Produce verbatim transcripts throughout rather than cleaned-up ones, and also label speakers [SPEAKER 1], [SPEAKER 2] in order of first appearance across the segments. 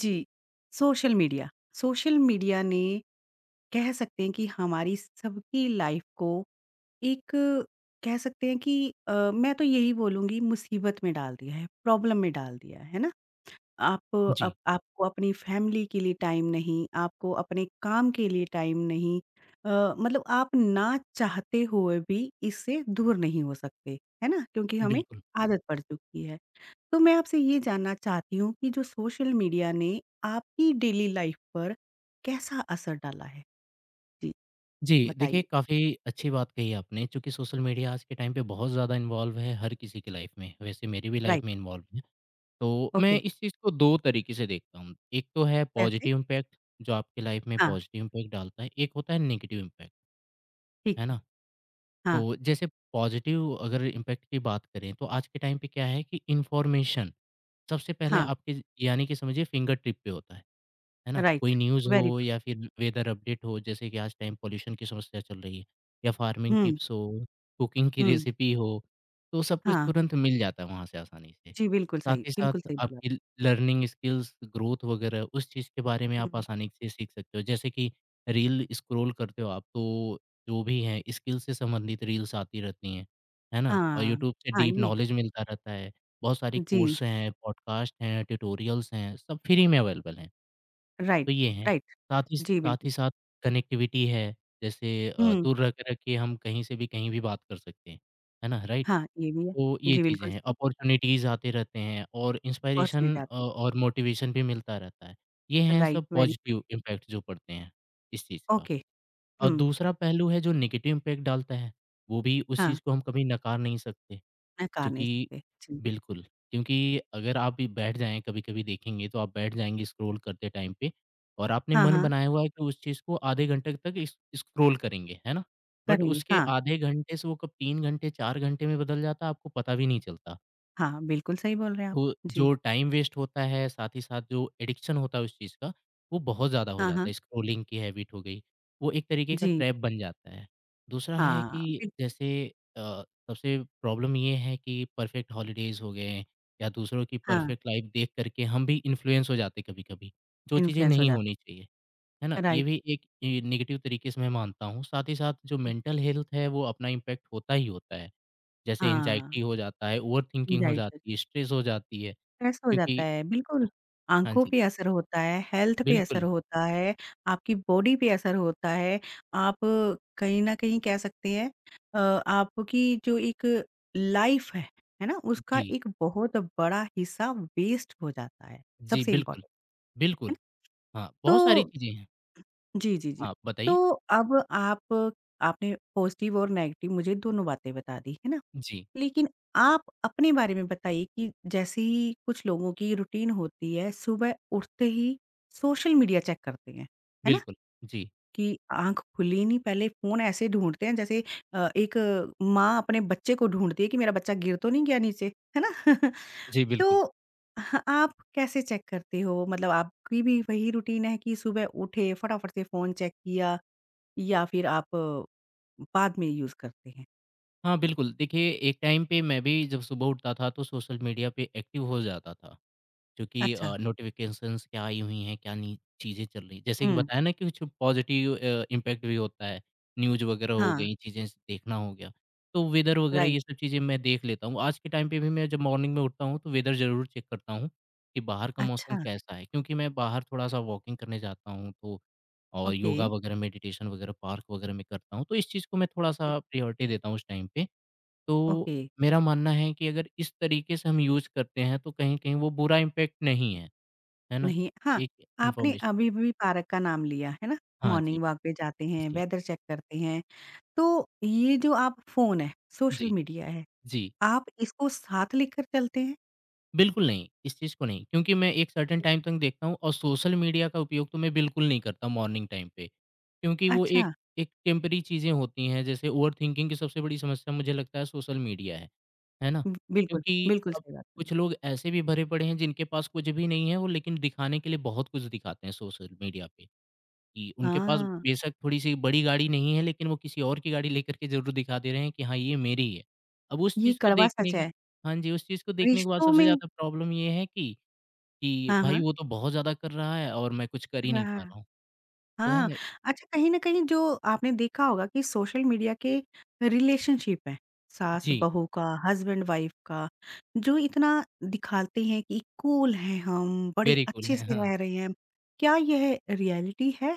[SPEAKER 1] जी। Social media. Social media ने कह सकते हैं कि हमारी सबकी लाइफ को एक कह सकते हैं कि अ, मैं तो यही बोलूँगी मुसीबत में डाल दिया है, प्रॉब्लम में डाल दिया है, है ना? आप अप
[SPEAKER 2] जी,
[SPEAKER 1] आपको अपनी फैमिली के लिए टाइम नहीं, आपको अपने काम के लिए टाइम नहीं। अ, मतलब आप ना चाहते हुए भी इससे दूर नहीं हो सकते, है ना? क्योंकि हमें
[SPEAKER 2] बिल्कुल।
[SPEAKER 1] आदत पड़ चुकी है। तो मैं आपसे ये जानना चाहती हूँ कि जो सोशल मीडिया ने आपकी डेली लाइफ पर कैसा असर डाला है? जी,
[SPEAKER 2] जी, देखिए
[SPEAKER 1] बताइए।
[SPEAKER 2] काफ़ी अच्छी बात कही आपने चूँकि सोशल मीडिया आज के टाइम पे बहुत ज़्यादा इन्वॉल्व है हर किसी की लाइफ़ में, वैसे मेरी भी
[SPEAKER 1] राइट।
[SPEAKER 2] लाइफ़ में इन्वॉल्व है। तो मैं
[SPEAKER 1] ओके,
[SPEAKER 2] इस चीज़ को दो तरीके से देखता हूँ, एक तो है
[SPEAKER 1] कैसे?
[SPEAKER 2] पॉज़िटिव इम्पैक्ट जो आपकी लाइफ़ में
[SPEAKER 1] हाँ,
[SPEAKER 2] पॉज़िटिव इम्पैक्ट डालता है, एक होता है नेगेटिव इम्पैक्ट,
[SPEAKER 1] ठीक
[SPEAKER 2] है
[SPEAKER 1] है।
[SPEAKER 2] ना?
[SPEAKER 1] हाँ,
[SPEAKER 2] तो जैसे पॉज़िटिव अगर इम्पैक्ट की बात करें तो आज के टाइम पे क्या है कि इन्फॉर्मेशन सबसे पहले
[SPEAKER 1] हाँ।
[SPEAKER 2] आपके यानी कि समझिए फिंगर टिप पे होता है। है ना? कोई
[SPEAKER 1] राइट,
[SPEAKER 2] न्यूज़
[SPEAKER 1] वेरी
[SPEAKER 2] हो
[SPEAKER 1] गुड।
[SPEAKER 2] या फिर वेदर अपडेट हो, जैसे कि आज टाइम पॉल्यूशन की समस्या चल रही है या फार्मिंग
[SPEAKER 1] हुँ,
[SPEAKER 2] टिप्स हो, कुकिंग की
[SPEAKER 1] हुँ,
[SPEAKER 2] रेसिपी हो, तो सब कुछ
[SPEAKER 1] हाँ।
[SPEAKER 2] तुरंत मिल जाता है वहाँ से आसानी से।
[SPEAKER 1] जी, बिल्कुल
[SPEAKER 2] साथ
[SPEAKER 1] सही,
[SPEAKER 2] ही
[SPEAKER 1] बिल्कुल
[SPEAKER 2] साथ
[SPEAKER 1] सही बोला।
[SPEAKER 2] आपकी लर्निंग स्किल्स, ग्रोथ वगैरह उस चीज़ के बारे में आप
[SPEAKER 1] हुँ।
[SPEAKER 2] आसानी से सीख सकते हो। जैसे कि रील स्क्रॉल करते हो आप, तो जो भी है स्किल से संबंधित रील्स आती रहती हैं, है ना? और
[SPEAKER 1] हाँ,
[SPEAKER 2] यूट्यूब से
[SPEAKER 1] हाँ,
[SPEAKER 2] डीप
[SPEAKER 1] ये
[SPEAKER 2] नॉलेज मिलता रहता है। बहुत सारी
[SPEAKER 1] जी,
[SPEAKER 2] कोर्स हैं, पॉडकास्ट हैं, ट्यूटोरियल्स हैं, सब फ्री में अवेलेबल हैं।
[SPEAKER 1] राइट,
[SPEAKER 2] तो ये हैं।
[SPEAKER 1] राइट।
[SPEAKER 2] साथ ही
[SPEAKER 1] जी,
[SPEAKER 2] साथ
[SPEAKER 1] बिल्कुल।
[SPEAKER 2] ही साथ कनेक्टिविटी है, जैसे अ,
[SPEAKER 1] हुँ,
[SPEAKER 2] दूर रह कर के हम कहीं से भी कहीं भी बात कर सकते हैं, है ना? राइट?
[SPEAKER 1] हाँ, ये भी है।
[SPEAKER 2] तो ये
[SPEAKER 1] जी,
[SPEAKER 2] चीज़ें
[SPEAKER 1] बिल्कुल
[SPEAKER 2] हैं,
[SPEAKER 1] सही,
[SPEAKER 2] अपॉर्च्युनिटीज़ आते रहते हैं और
[SPEAKER 1] पहुँच नहीं
[SPEAKER 2] इंस्पायरेशन अ,
[SPEAKER 1] जाते।
[SPEAKER 2] और मोटिवेशन भी मिलता रहता है। ये हैं
[SPEAKER 1] राइट,
[SPEAKER 2] सब
[SPEAKER 1] वेरी
[SPEAKER 2] पॉजिटिव इम्पैक्ट जो पड़ते हैं इस चीज़ का
[SPEAKER 1] ओके,
[SPEAKER 2] और
[SPEAKER 1] हुँ,
[SPEAKER 2] दूसरा पहलू है जो नेगेटिव इम्पैक्ट डालता है, वो भी उस
[SPEAKER 1] हाँ,
[SPEAKER 2] चीज़ को हम कभी नकार नहीं सकते।
[SPEAKER 1] नकार नहीं
[SPEAKER 2] क्योंकि
[SPEAKER 1] सकते। जी,
[SPEAKER 2] बिल्कुल, क्योंकि अगर आप भी बैठ जाएँ कभी-कभी देखेंगे तो आप बैठ जाएँगे स्क्रॉल करते टाइम पे और आपने
[SPEAKER 1] हाँ,
[SPEAKER 2] मन
[SPEAKER 1] हाँ,
[SPEAKER 2] बनाया हुआ है कि उस चीज़ को आधे घंटे तक इस स्क्रॉल करेंगे, है ना? बट
[SPEAKER 1] करेंगे।
[SPEAKER 2] उसके
[SPEAKER 1] हाँ,
[SPEAKER 2] आधे घंटे से वो कब तीन घंटे, चार घंटे में बदल जाता है आपको पता भी नहीं चलता।
[SPEAKER 1] हाँ, बिल्कुल सही बोल रहे हैं आप।
[SPEAKER 2] तो
[SPEAKER 1] जी,
[SPEAKER 2] जो टाइम वेस्ट होता है, साथ ही साथ जो एडिक्शन होता है उस चीज़ का, वो बहुत ज़्यादा हो
[SPEAKER 1] हाँ, हाँ,
[SPEAKER 2] जाता है। स्क्रॉलिंग की हैबिट हो गई, वो एक तरीके का
[SPEAKER 1] जी,
[SPEAKER 2] ट्रैप बन जाता है। दूसरा है
[SPEAKER 1] हाँ,
[SPEAKER 2] कि
[SPEAKER 1] बिल
[SPEAKER 2] जैसे अ, सबसे प्रॉब्लम ये है कि परफेक्ट हॉलिडेज़ हो गए या दूसरों की
[SPEAKER 1] हाँ,
[SPEAKER 2] परफेक्ट लाइफ़ देख कर के हम भी इन्फ्लुएंस हो जाते हैं कभी-कभी, जो चीज़ें
[SPEAKER 1] इन्फ्लुएंस हो
[SPEAKER 2] नहीं
[SPEAKER 1] जाता
[SPEAKER 2] होनी चाहिए। है ना?
[SPEAKER 1] है।
[SPEAKER 2] ये
[SPEAKER 1] राइट,
[SPEAKER 2] भी एक ए, नेगेटिव तरीके से मैं मानता हूँ। साथ ही साथ जो मेंटल हेल्थ है, वो अपना इम्पैक्ट होता ही होता है। जैसे
[SPEAKER 1] हाँ,
[SPEAKER 2] एंग्ज़ायटी हो जाता है, ओवरथिंकिंग हो
[SPEAKER 1] एंग्ज़ायटी
[SPEAKER 2] जाती है, स्ट्रेस हो जाती है।
[SPEAKER 1] स्ट्रेस हो जाता
[SPEAKER 2] क्योंकि
[SPEAKER 1] है, बिल्कुल।
[SPEAKER 2] हाँ
[SPEAKER 1] आँखों
[SPEAKER 2] जी,
[SPEAKER 1] पे असर होता है, हेल्थ पे असर
[SPEAKER 2] बिल्कुल।
[SPEAKER 1] होता है, आपकी बॉडी पे असर होता है। आप कहीं न कहीं कह सकते हैं अ, आपकी जो एक लाइफ़ है, है ना? उसका
[SPEAKER 2] जी,
[SPEAKER 1] एक बहुत बड़ा हिस्सा वेस्ट हो जाता है,
[SPEAKER 2] जी,
[SPEAKER 1] सबसे
[SPEAKER 2] बिल्कुल,
[SPEAKER 1] इम्पोर्टेंट, है
[SPEAKER 2] बिल्कुल।
[SPEAKER 1] ना?
[SPEAKER 2] हाँ, बहुत सारी
[SPEAKER 1] तो
[SPEAKER 2] चीज़ें हैं।
[SPEAKER 1] जी, जी, जी।
[SPEAKER 2] हाँ, बताइए?
[SPEAKER 1] तो अब आप आपने पॉज़िटिव और नेगेटिव मुझे दोनों बातें बता दी, है ना?
[SPEAKER 2] जी,
[SPEAKER 1] लेकिन आप अपने बारे में बताइए कि जैसे ही कुछ लोगों की रूटीन होती है, सुबह उठते ही सोशल मीडिया चेक करते हैं, है ना?
[SPEAKER 2] बिल्कुल। जी,
[SPEAKER 1] कि आँख खुली नहीं पहले फ़ोन ऐसे ढूँढते हैं जैसे अ, एक अ, माँ अपने बच्चे को ढूँढती है कि मेरा बच्चा गिर तो नहीं गया नीचे, है ना?
[SPEAKER 2] जी, बिल्कुल।
[SPEAKER 1] तो ह आप कैसे चेक करते हो? मतलब आपकी भी वही रूटीन है कि सुबह उठे, फटाफट से फ़ोन चेक किया या फिर आप अ, बाद में यूज़ करते हैं?
[SPEAKER 2] हाँ, बिल्कुल, देखिए एक टाइम पे मैं भी जब सुबह उठता था तो सोशल मीडिया पे एक्टिव हो जाता था। क्योंकि
[SPEAKER 1] अच्छा।
[SPEAKER 2] अ, नोटिफ़िकेशंस क्या आई हुई हैं, क्या नहीं चीज़ें चल रही हैं। जैसे कि
[SPEAKER 1] हुँ।
[SPEAKER 2] बताया ना कि कुछ पॉज़िटिव अ, इम्पैक्ट भी होता है, न्यूज़ वगैरह हो
[SPEAKER 1] हाँ,
[SPEAKER 2] गई, चीज़ें देखना हो गया। तो वेदर वगैरह
[SPEAKER 1] राइट।
[SPEAKER 2] ये सब चीज़ें मैं देख लेता हूँ। आज के टाइम पे भी मैं जब मॉर्निंग में उठता हूँ, तो वेदर ज़रूर चेक करता हूँ कि बाहर का मौसम
[SPEAKER 1] अच्छा।
[SPEAKER 2] कैसा है, क्योंकि मैं बाहर थोड़ा-सा वॉकिंग करने जाता हूँ तो और
[SPEAKER 1] ओके,
[SPEAKER 2] योगा वगैरह, मेडिटेशन वगैरह पार्क वगैरह में करता हूँ, तो इस चीज़ को मैं
[SPEAKER 1] ए
[SPEAKER 2] थोड़ा-सा प्रायोरिटी देता हूँ उस टाइम पे। तो
[SPEAKER 1] ओके,
[SPEAKER 2] मेरा मानना है कि अगर इस तरीके से हम यूज़ करते हैं तो कहीं-कहीं वो बुरा इम्पैक्ट नहीं है, है ना?
[SPEAKER 1] नहीं हाँ,
[SPEAKER 2] एक
[SPEAKER 1] आपने
[SPEAKER 2] इन्फॉर्मेशन
[SPEAKER 1] अभी-अभी पार्क का नाम लिया, है ना?
[SPEAKER 2] हाँ जी,
[SPEAKER 1] मॉर्निंग वॉक पे जाते हैं,
[SPEAKER 2] जी,
[SPEAKER 1] वेदर चेक करते हैं, तो ये जो आप फ़ोन है, सोशल
[SPEAKER 2] जी,
[SPEAKER 1] मीडिया है,
[SPEAKER 2] जी।
[SPEAKER 1] आप इसको साथ लेकर चलते हैं?
[SPEAKER 2] बिल्कुल नहीं, इस चीज़ को नहीं क्योंकि मैं एक सर्टेन टाइम तक देखता हूँ और सोशल मीडिया का उपयोग तो मैं बिल्कुल नहीं करता मॉर्निंग टाइम पे क्योंकि वो
[SPEAKER 1] अच्छा,
[SPEAKER 2] एक एक टेम्परेरी चीज़ें होती हैं जैसे ओवरथिंकिंग की सबसे बड़ी समस्या मुझे लगता है सोशल मीडिया है, है ना?
[SPEAKER 1] ब बिल्कुल,
[SPEAKER 2] क्योंकि
[SPEAKER 1] बिल्कुल
[SPEAKER 2] अब
[SPEAKER 1] सही बात बोली।
[SPEAKER 2] कुछ लोग ऐसे भी भरे पड़े हैं जिनके पास कुछ भी नहीं है वो लेकिन दिखाने के लिए बहुत कुछ दिखाते हैं सोशल मीडिया पे। जी, उनके पास
[SPEAKER 1] हाँ,
[SPEAKER 2] बेशक थोड़ी-सी बड़ी गाड़ी नहीं है, लेकिन वो किसी और की गाड़ी लेकर के ज़रूर दिखा दे रहे हैं कि हाँ, ये मेरी है। अब उस
[SPEAKER 1] ये
[SPEAKER 2] चीज़ को
[SPEAKER 1] कड़वा
[SPEAKER 2] देखने
[SPEAKER 1] सच
[SPEAKER 2] की
[SPEAKER 1] है,
[SPEAKER 2] हाँ जी, उस चीज़ को देखने के बाद
[SPEAKER 1] रिश्तों
[SPEAKER 2] सबसे
[SPEAKER 1] में
[SPEAKER 2] ज़्यादा प्रॉब्लम ये है कि कि
[SPEAKER 1] हाँ,
[SPEAKER 2] भाई
[SPEAKER 1] हाँ,
[SPEAKER 2] वो तो बहुत ज़्यादा कर रहा है और मैं कुछ कर ही नहीं
[SPEAKER 1] रहा
[SPEAKER 2] पा रहा हूँ। तो है
[SPEAKER 1] हाँ,
[SPEAKER 2] ना
[SPEAKER 1] अच्छा कहीं न कहीं जो आपने देखा होगा कि सोशल मीडिया के रिलेशनशिप हैं,
[SPEAKER 2] जी,
[SPEAKER 1] सास-बहू का, हस्बैंड-वाइफ का, जो इतना दिखाते हैं कि कूल हैं हम, बड़े
[SPEAKER 2] वेरी कूल
[SPEAKER 1] अच्छे
[SPEAKER 2] है,
[SPEAKER 1] से
[SPEAKER 2] हाँ।
[SPEAKER 1] रह रहे हैं। क्या यह रियलिटी है?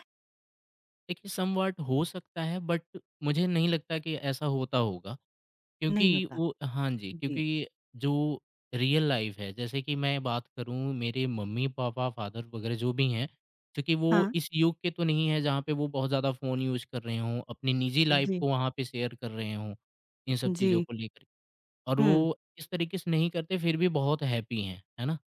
[SPEAKER 2] देखिए समवॉट हो सकता है बट मुझे नहीं लगता कि ऐसा होता होगा। क्योंकि
[SPEAKER 1] नहीं होता।
[SPEAKER 2] वो हाँ जी,
[SPEAKER 1] जी।
[SPEAKER 2] क्योंकि जो रियल लाइफ़ है, जैसे कि मैं बात करूँ मेरे मम्मी-पापा, फ़ादर वगैरह जो भी हैं, क्योंकि वो
[SPEAKER 1] हाँ।
[SPEAKER 2] इस युग के तो नहीं है जहाँ पे वो बहुत ज़्यादा फ़ोन यूज़ कर रहे हों, अपनी निजी लाइफ़
[SPEAKER 1] जी।
[SPEAKER 2] को वहाँ पे शेयर कर रहे हों, इन सब चीज़ों
[SPEAKER 1] जी।
[SPEAKER 2] को लेकर। और
[SPEAKER 1] हुँ।
[SPEAKER 2] वो इस तरीके से नहीं करते फिर भी बहुत हैप्पी हैं, है ना?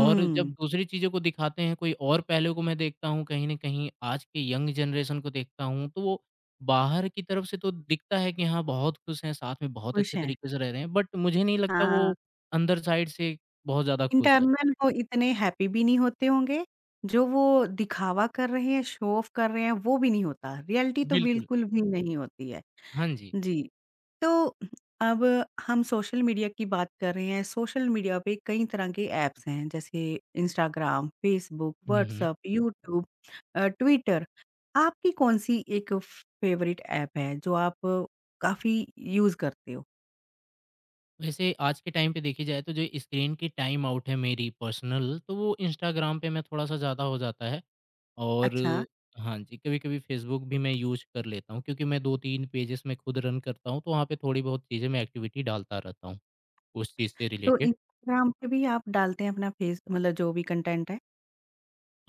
[SPEAKER 2] और जब दूसरी चीज़ों को दिखाते हैं, कोई और पहलू को मैं देखता हूँ कहीं न कहीं आज के यंग जनरेशन को देखता हूँ, तो वो बाहर की तरफ से तो दिखता है कि हाँ, बहुत खुश हैं, साथ में बहुत
[SPEAKER 1] खुश
[SPEAKER 2] अच्छे
[SPEAKER 1] हैं।
[SPEAKER 2] तरीके से रह रहे हैं, बट मुझे नहीं लगता
[SPEAKER 1] हाँ,
[SPEAKER 2] वो अंदर साइड से बहुत ज़्यादा खुश हैं।
[SPEAKER 1] इंटरनल वो इतने हैप्पी भी नहीं होते होंगे, जो वो दिखावा कर रहे हैं, शो ऑफ कर रहे हैं, वो भी नहीं होता। रियलिटी तो
[SPEAKER 2] बिल्कुल।
[SPEAKER 1] बिल्कुल भी नहीं होती है।
[SPEAKER 2] हाँ जी।
[SPEAKER 1] जी। तो अब हम सोशल मीडिया की बात कर रहे हैं। सोशल मीडिया पे कई तरह के ऐप्स हैं जैसे इंस्टाग्राम, फ़ेसबुक,
[SPEAKER 2] हुँ, हुँ।
[SPEAKER 1] व्हाट्सएप, यूट्यूब, अ, ट्विटर। आपकी कौन-सी एक फ़ेवरेट ऐप है जो आप काफ़ी यूज़ करते हो?
[SPEAKER 2] वैसे आज के टाइम पे देखी जाए तो जो स्क्रीन की टाइम आउट है मेरी पर्सनल, तो वो इंस्टाग्राम पे मैं थोड़ा-सा ज़्यादा हो जाता है। और
[SPEAKER 1] अच्छा,
[SPEAKER 2] हाँ जी, कभी-कभी फ़ेसबुक भी मैं यूज़ कर लेता हूँ क्योंकि मैं दो तीन पेजेज़ में खुद रन करता हूँ, तो वहाँ पे थोड़ी बहुत चीज़ें मैं एक्टिविटी डालता रहता हूँ, उस चीज़ से
[SPEAKER 1] तो
[SPEAKER 2] रिलेटेड।
[SPEAKER 1] इंस्टाग्राम पे भी आप डालते हैं अपना फ़ेस मतलब जो भी कंटेंट है?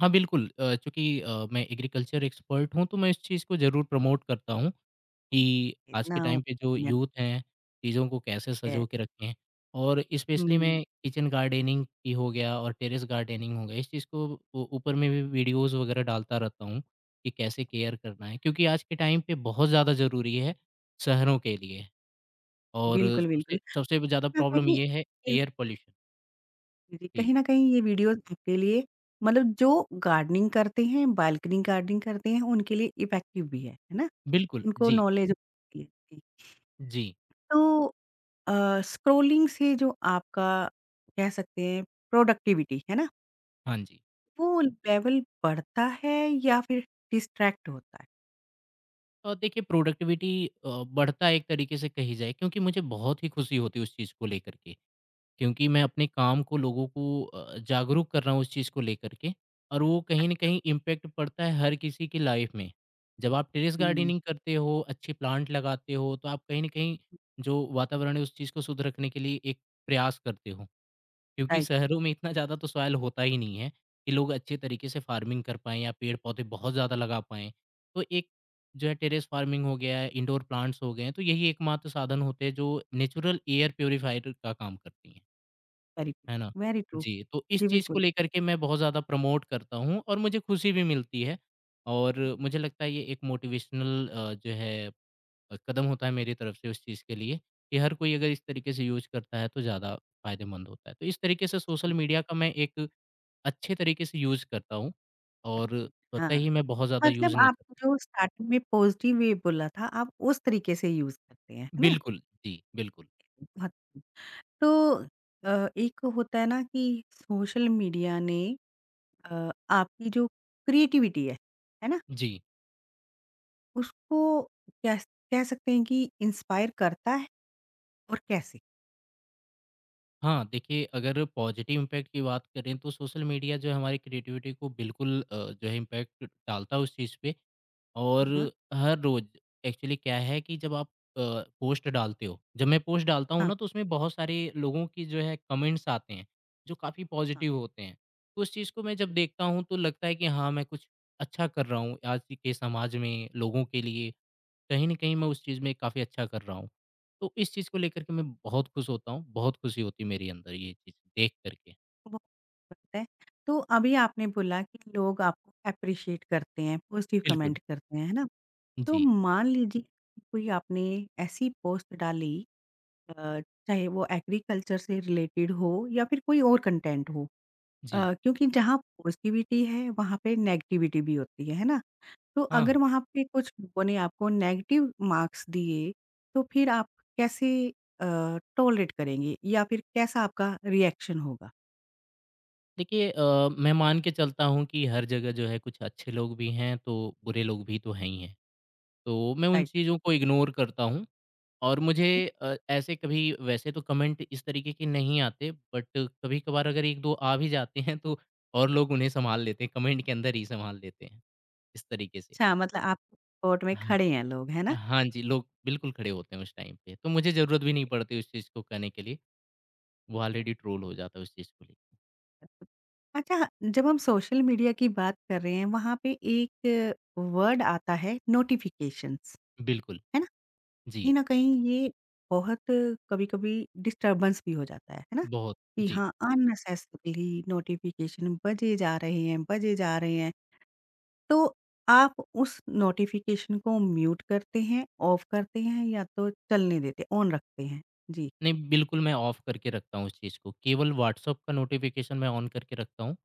[SPEAKER 2] हाँ, बिल्कुल अ, चूँकि अ, मैं एग्रीकल्चर एक्सपर्ट हूँ, तो मैं इस चीज़ को ज़रूर प्रमोट करता हूँ कि आज के
[SPEAKER 1] इतना हो-
[SPEAKER 2] टाइम पे जो यूथ हैं, चीज़ों को कैसे
[SPEAKER 1] है।
[SPEAKER 2] सँजो के रखें। और स्पेशली
[SPEAKER 1] हुँ,
[SPEAKER 2] मैं किचन गार्डनिंग की हो गया और टेरेस गार्डनिंग हो गया, इस चीज़ को उ ऊपर में भी वीडियोज़ वग़ैरह डालता रहता हूँ कि कैसे केयर करना है। क्योंकि आज के टाइम पे बहुत ज़्यादा ज़रूरी है शहरों के लिए और
[SPEAKER 1] बिल्कुल,
[SPEAKER 2] सबसे
[SPEAKER 1] बिल्कुल।
[SPEAKER 2] सबसे ज़्यादा
[SPEAKER 1] मैं
[SPEAKER 2] प्रॉब्लम
[SPEAKER 1] कहीं
[SPEAKER 2] ये है एयर पॉल्यूशन।
[SPEAKER 1] जी, जी।
[SPEAKER 2] जी,
[SPEAKER 1] कहीं न कहीं ये वीडियोज़ आपके लिए मतलब जो गार्डनिंग करते हैं, बालकनी गार्डनिंग करते हैं, उनके लिए इफ़ेक्टिव भी है, है ना?
[SPEAKER 2] बिल्कुल।
[SPEAKER 1] उनको
[SPEAKER 2] जी,
[SPEAKER 1] नॉलेज होती है। जी।
[SPEAKER 2] जी।
[SPEAKER 1] तो अ, स्क्रॉलिंग से जो आपका कह सकते हैं प्रोडक्टिविटी, है ना?
[SPEAKER 2] हाँ जी।
[SPEAKER 1] वो लेवल बढ़ता है या फिर डिस्ट्रैक्ट होता है?
[SPEAKER 2] और देखिए प्रोडक्टिविटी अ, बढ़ता है एक तरीके से कही जाए क्योंकि मुझे बहुत ही खुशी होती है उस चीज़ को लेकर के क्योंकि मैं अपने काम को लोगों को अ, जागरूक कर रहा हूँ उस चीज़ को लेकर के और वो
[SPEAKER 1] अ,
[SPEAKER 2] कहीं ना कहीं इम्पेक्ट पड़ता है हर किसी की लाइफ में जब आप टेरेस
[SPEAKER 1] हुँ,
[SPEAKER 2] गार्डनिंग करते हो अच्छे प्लांट लगाते हो तो आप कहीं ना कहीं जो वातावरण है उस चीज़ को शुद्ध रखने के लिए एक प्रयास करते हो क्योंकि
[SPEAKER 1] राइट,
[SPEAKER 2] शहरों में इतना ज़्यादा तो सॉइल होता ही नहीं है कि लोग अच्छे तरीके से फार्मिंग कर पाएँ या पेड़-पौधे बहुत ज़्यादा लगा पाएँ। तो एक जो है टेरेस फार्मिंग हो गया है, इंडोर प्लांट्स हो गए हैं, तो यही एकमात्र साधन होते हैं जो नेचुरल एयर प्यूरिफायर का काम करती हैं,
[SPEAKER 1] वेरी ट्रू,
[SPEAKER 2] है ना?
[SPEAKER 1] Very true.
[SPEAKER 2] जी, तो इस
[SPEAKER 1] जी,
[SPEAKER 2] चीज़ को
[SPEAKER 1] बिल्कुल।
[SPEAKER 2] लेकर के मैं बहुत ज़्यादा प्रमोट करता हूँ और मुझे खुशी भी मिलती है और मुझे लगता है ये एक मोटिवेशनल अ, जो है अ, कदम होता है मेरी तरफ से उस चीज़ के लिए कि हर कोई अगर इस तरीके से यूज़ करता है तो ज़्यादा फ़ायदेमंद होता है। तो इस तरीके से सोशल मीडिया का मैं एक अच्छे तरीके से यूज़ करता हूँ और स्वतः
[SPEAKER 1] हाँ,
[SPEAKER 2] ही मैं बहुत ज़्यादा
[SPEAKER 1] मतलब
[SPEAKER 2] यूज़ नहीं
[SPEAKER 1] आप
[SPEAKER 2] करता।
[SPEAKER 1] जो स्टार्टिंग में पॉज़िटिव वे बोला था, आप उस तरीके से यूज़ करते हैं, है ना?
[SPEAKER 2] बिल्कुल, जी, बिल्कुल।
[SPEAKER 1] बहुत तो अ, एक होता है ना कि सोशल मीडिया ने अ, आपकी जो क्रिएटिविटी है, है ना?
[SPEAKER 2] जी।
[SPEAKER 1] उसको कह स कह सकते हैं कि इंस्पायर करता है और कैसे?
[SPEAKER 2] हाँ, देखिए अगर पॉज़िटिव इम्पैक्ट की बात करें तो सोशल मीडिया जो है हमारी क्रिएटिविटी को बिल्कुल अ, जो है इम्पैक्ट डालता है उस चीज़ पे और
[SPEAKER 1] हुँ, हुँ।
[SPEAKER 2] हर रोज़ एक्चुअली क्या है कि जब आप अ, पोस्ट डालते हो जब मैं पोस्ट डालता हूँ
[SPEAKER 1] हाँ,
[SPEAKER 2] ना तो उसमें बहुत सारे लोगों की जो है कमेंट्स आते हैं जो काफ़ी
[SPEAKER 1] हाँ।
[SPEAKER 2] पॉजिटिव होते हैं। तो उस चीज़ को मैं जब देखता हूँ तो लगता है कि हाँ, मैं कुछ अच्छा कर रहा हूँ आज के समाज में लोगों के लिए। कहीं न कहीं मैं उस चीज़ में काफ़ी अच्छा कर रहा हूँ। तो इस चीज़ को लेकर के मैं बहुत खुश होता हूँ, बहुत खुशी होती है मेरे अंदर ये चीज़ देख कर के।
[SPEAKER 1] बहुत करता है। तो अभी आपने बोला कि लोग आपको एप्रिशिएट करते हैं, पॉज़िटिव
[SPEAKER 2] बिल्कुल।
[SPEAKER 1] कमेंट करते हैं, है ना? तो
[SPEAKER 2] जी,
[SPEAKER 1] मान लीजिए कि कोई आपने ऐसी पोस्ट डाली, अ, चाहे वो एग्रीकल्चर से रिलेटेड हो या फिर कोई और कंटेंट हो।
[SPEAKER 2] जी।
[SPEAKER 1] अ, क्योंकि जहाँ पॉज़िटिविटी है, वहाँ पे नेगेटिविटी भी होती है, है ना? तो
[SPEAKER 2] हाँ।
[SPEAKER 1] अगर
[SPEAKER 2] हाँ।
[SPEAKER 1] वहाँ पे कुछ लोगों ने आपको नेगेटिव मार्क्स दिए, तो फिर आप कैसे अ, टॉलरेट करेंगे या फिर कैसा आपका रिएक्शन होगा?
[SPEAKER 2] देखिए अ, मैं मान के चलता हूँ कि हर जगह जो है कुछ अच्छे लोग भी हैं तो बुरे लोग भी तो हैं ही हैं। तो मैं उन
[SPEAKER 1] राइट।
[SPEAKER 2] चीज़ों को इग्नोर करता हूँ और मुझे अ, ऐसे कभी वैसे तो कमेंट इस तरीके के नहीं आते बट कभी-कभार अगर एक दो आ भी जाते हैं तो और लोग उन्हें संभाल लेते हैं, कमेंट के अंदर ही संभाल लेते हैं, इस तरीके से।
[SPEAKER 1] अच्छा मतलब आप सपोर्ट में खड़े
[SPEAKER 2] हाँ,
[SPEAKER 1] हैं लोग, है ना?
[SPEAKER 2] हाँ जी, लोग बिल्कुल खड़े होते हैं उस टाइम पे, तो मुझे ज़रूरत भी नहीं पड़ती उस चीज़ को कहने के लिए, वो ऑलरेडी ट्रोल हो जाता है उस चीज़ को लेके।
[SPEAKER 1] अच्छा, जब हम सोशल मीडिया की बात कर रहे हैं, वहाँ पे एक वर्ड आता है नोटिफ़िकेशंस,
[SPEAKER 2] बिल्कुल,
[SPEAKER 1] है
[SPEAKER 2] जी,
[SPEAKER 1] कहीं न कहीं ये बहुत कभी-कभी डिस्टर्बेंस भी हो जाता है, है ना?
[SPEAKER 2] बहुत।
[SPEAKER 1] कि
[SPEAKER 2] जी।
[SPEAKER 1] हाँ, अननेसेसरीली नोटिफ़िकेशन बजे जा रहे हैं, बजे जा रहे हैं। तो आप उस नोटिफ़िकेशन को म्यूट करते हैं, ऑफ करते हैं या तो चलने देते हैं, ऑन रखते हैं? जी।
[SPEAKER 2] नहीं, बिल्कुल मैं ऑफ करके रखता हूँ उस चीज़ को। केवल व्हाट्सएप का नोटिफ़िकेशन मैं ऑन करके रखता हूँ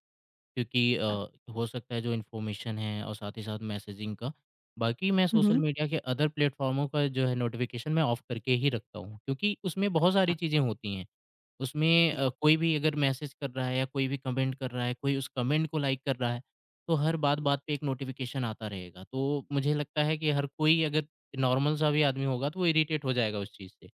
[SPEAKER 2] क्योंकि अ,
[SPEAKER 1] अ,
[SPEAKER 2] हो सकता है जो इन्फॉर्मेशन है और साथ ही साथ मैसेजिंग का। बाकी मैं
[SPEAKER 1] हुँ,
[SPEAKER 2] सोशल
[SPEAKER 1] हुँ।
[SPEAKER 2] मीडिया के अदर प्लेटफ़ॉर्मों का जो है नोटिफ़िकेशन मैं ऑफ करके ही रखता हूँ क्योंकि उसमें बहुत
[SPEAKER 1] अच्छा,
[SPEAKER 2] सारी चीज़ें होती हैं। उसमें
[SPEAKER 1] जी,
[SPEAKER 2] अ, कोई भी अगर मैसेज कर रहा है या कोई भी कमेंट कर रहा है, कोई उस कमेंट को लाइक कर रहा है, तो हर
[SPEAKER 1] जी,
[SPEAKER 2] बात-बात पे एक नोटिफ़िकेशन आता रहेगा। तो मुझे लगता है कि हर कोई अगर नॉर्मल सा भी आदमी होगा तो वो इरिटेट हो जाएगा उस चीज़ से।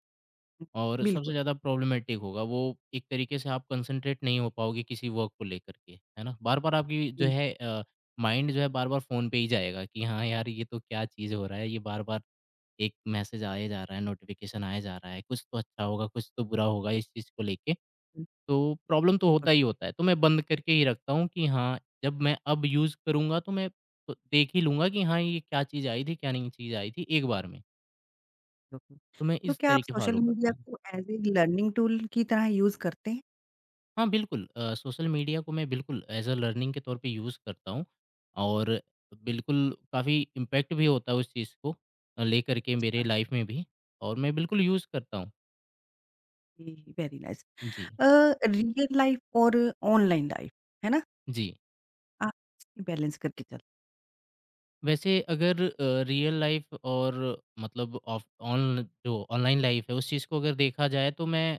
[SPEAKER 1] हुँ।
[SPEAKER 2] और सबसे
[SPEAKER 1] बिल्कुल,
[SPEAKER 2] ज़्यादा प्रॉब्लमेटिक होगा वो, एक तरीके से आप कंसंट्रेट नहीं हो पाओगे किसी वर्क को लेकर के, है ना? बार-बार आपकी जो
[SPEAKER 1] बिल्कुल,
[SPEAKER 2] है अ, माइंड जो है बार-बार फ़ोन पे ही जाएगा कि हाँ यार, ये तो क्या चीज़ हो रहा है, ये बार-बार एक मैसेज आया जा रहा है, नोटिफ़िकेशन आया जा रहा है, कुछ तो अच्छा होगा, कुछ तो बुरा होगा इस चीज़ को लेके।
[SPEAKER 1] बिल्कुल,
[SPEAKER 2] तो प्रॉब्लम तो होता ही होता है, तो मैं बंद करके ही रखता हूँ कि हाँ, जब मैं अब यूज़ करूँगा तो मैं प देख ही लूँगा कि हाँ, ये क्या चीज़ आई थी, क्या नहीं चीज़ आई थी, एक बार में।
[SPEAKER 1] बिल्कुल।
[SPEAKER 2] तो मैं
[SPEAKER 1] तो
[SPEAKER 2] इस
[SPEAKER 1] क्या आप
[SPEAKER 2] तरीके
[SPEAKER 1] सोशल
[SPEAKER 2] फ़ॉलो
[SPEAKER 1] मीडिया
[SPEAKER 2] करता हूँ।
[SPEAKER 1] को एज़ ए लर्निंग टूल की तरह यूज़ करते हैं?
[SPEAKER 2] हाँ, बिल्कुल अ, सोशल मीडिया को मैं बिल्कुल एज़ अ लर्निंग के तौर पे यूज़ करता हूँ और बिल्कुल काफ़ी इम्पैक्ट भी होता है उस चीज़ को अ, लेकर के मेरे लाइफ में भी और मैं बिल्कुल यूज़ करता हूँ।
[SPEAKER 1] Okay, very nice.
[SPEAKER 2] जी,
[SPEAKER 1] अ, रियल लाइफ और ऑनलाइन लाइफ, है ना?
[SPEAKER 2] जी।
[SPEAKER 1] आप इसकी बैलेंस करके चलना।
[SPEAKER 2] वैसे अगर अ, रियल लाइफ़ और मतलब ऑफ ऑन जो ऑनलाइन लाइफ़ है, उस चीज़ को अगर देखा जाए तो मैं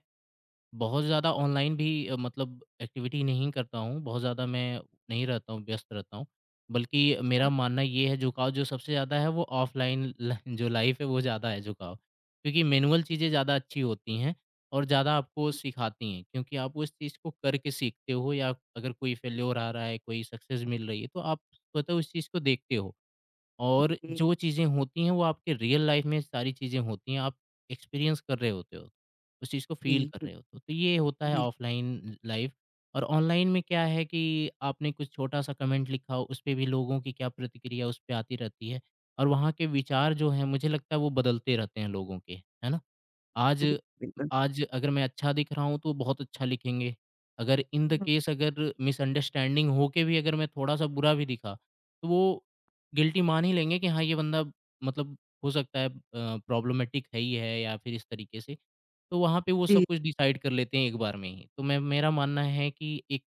[SPEAKER 2] बहुत ज़्यादा ऑनलाइन भी अ, मतलब एक्टिविटी नहीं करता हूँ, बहुत ज़्यादा मैं नहीं रहता हूँ, व्यस्त रहता हूँ। बल्कि मेरा मानना ये है झुकाव जो सबसे ज़्यादा है वो ऑफ़लाइन ल जो लाइफ़ है वो ज़्यादा है झुकाव। क्योंकि मैनुअल चीज़ें ज़्यादा अच्छी होती हैं और ज़्यादा आपको सिखाती हैं, क्योंकि आप उस चीज़ को करके सीखते हो या अगर कोई फेल्योर आ रहा है, कोई सक्सेस मिल रही है, तो आप स्वतः उस चीज़ को देखते हो। और
[SPEAKER 1] जी,
[SPEAKER 2] जो चीज़ें होती हैं वो आपके रियल लाइफ में सारी चीज़ें होती हैं, आप एक्सपीरियंस कर रहे होते हो, उस चीज़ को फ़ील
[SPEAKER 1] जी,
[SPEAKER 2] कर रहे होते हो। तो ये होता है
[SPEAKER 1] बिल
[SPEAKER 2] ऑफ़लाइन लाइफ़ और ऑनलाइन में क्या है कि आपने कुछ छोटा-सा कमेंट लिखा, उस पे भी लोगों की क्या प्रतिक्रिया उस पे आती रहती है और वहाँ के विचार जो हैं मुझे लगता है वो बदलते रहते हैं लोगों के, है ना? आज
[SPEAKER 1] बिल्कुल, बिल्कुल।
[SPEAKER 2] आज अगर मैं अच्छा दिख रहा हूँ, तो बहुत अच्छा लिखेंगे। अगर इन द
[SPEAKER 1] हुँ,
[SPEAKER 2] केस अगर मिसअंडरस्टैंडिंग होके भी अगर मैं थोड़ा-सा बुरा भी दिखा, तो वो गिल्टी मान ही लेंगे कि हाँ, ये बंदा मतलब हो सकता है अ, प्रॉब्लमैटिक है ही है या फिर इस तरीके से। तो वहाँ पे वो सब
[SPEAKER 1] जी,
[SPEAKER 2] कुछ डिसाइड कर लेते हैं एक बार में ही। तो मैं मेरा मानना है कि एक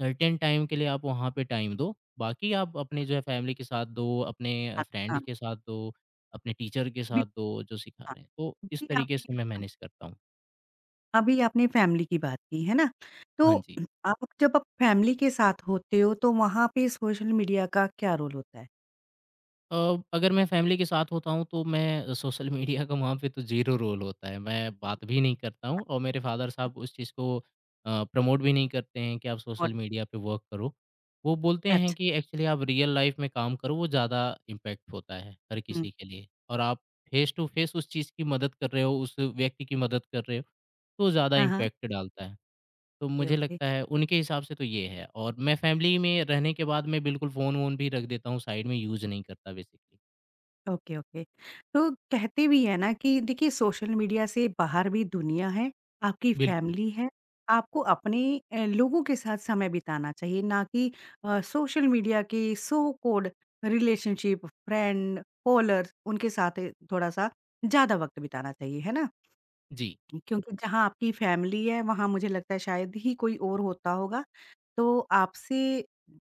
[SPEAKER 2] सर्टेन टाइम के लिए आप वहाँ पे टाइम दो। बाकी आप अपने जो है फैमिली के साथ दो, अपने अ,
[SPEAKER 1] हाँ, हाँ,
[SPEAKER 2] फ्रेंड के साथ दो, अपने टीचर के
[SPEAKER 1] बिल
[SPEAKER 2] साथ दो, जो सिखा
[SPEAKER 1] हाँ।
[SPEAKER 2] रहे हैं। तो इस
[SPEAKER 1] जी,
[SPEAKER 2] तरीके
[SPEAKER 1] आपने
[SPEAKER 2] से मैं
[SPEAKER 1] अ,
[SPEAKER 2] मैनेज करता हूँ।
[SPEAKER 1] अभी आपने फैमिली की बात की, है ना? तो
[SPEAKER 2] हाँ जी।
[SPEAKER 1] आप जब आप फैमिली के साथ होते हो, तो वहाँ पे सोशल मीडिया का क्या रोल होता है?
[SPEAKER 2] अ, अगर मैं फैमिली के साथ होता हूँ तो मैं सोशल मीडिया का वहाँ पे तो ज़ीरो रोल होता है। मैं बात भी नहीं करता हूँ और मेरे फ़ादर साहब उस चीज़ को अ, प्रमोट भी नहीं करते हैं कि आप
[SPEAKER 1] और
[SPEAKER 2] सोशल मीडिया पे वर्क करो। वो बोलते हैं
[SPEAKER 1] अच्छा
[SPEAKER 2] कि एक्चुअली आप रियल लाइफ़ में काम करो, वो ज़्यादा इम्पैक्ट होता है हर
[SPEAKER 1] हुँ,
[SPEAKER 2] किसी के लिए और आप फेस टू फेस उस चीज़ की मदद कर रहे हो, उस व्यक्ति की मदद कर रहे हो, तो ज़्यादा
[SPEAKER 1] हाँ, हाँ।
[SPEAKER 2] इम्पैक्ट डालता है। तो
[SPEAKER 1] ओके,
[SPEAKER 2] मुझे
[SPEAKER 1] ओके।
[SPEAKER 2] लगता है उनके हिसाब से तो ये है और मैं फैमिली में रहने के बाद मैं बिल्कुल फ़ोन-वोन भी रख देता हूँ साइड में, यूज़ नहीं करता बेसिकली।
[SPEAKER 1] Okay, okay. तो कहते भी हैं ना कि देखिए सोशल मीडिया से बाहर भी दुनिया है, आपकी
[SPEAKER 2] बिल्कुल,
[SPEAKER 1] फैमिली है, आपको अपने अ, लोगों के साथ समय बिताना चाहिए ना कि अ, सोशल मीडिया के so called relationship, friend, followers उनके साथ थोड़ा-सा ज़्यादा वक़्त बिताना चाहिए, है ना?
[SPEAKER 2] जी।
[SPEAKER 1] क्योंकि जहाँ आपकी फैमिली है, वहाँ मुझे लगता है शायद ही कोई और होता होगा, तो आपसे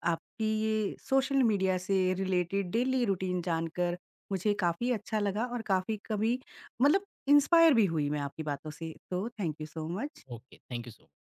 [SPEAKER 1] आपकी ये सोशल मीडिया से रिलेटेड डेली रूटीन जानकर मुझे काफ़ी अच्छा लगा और काफ़ी कभी मतलब इंस्पायर भी हुई मैं आपकी बातों से। तो thank you so much.
[SPEAKER 2] Okay, thank you so much.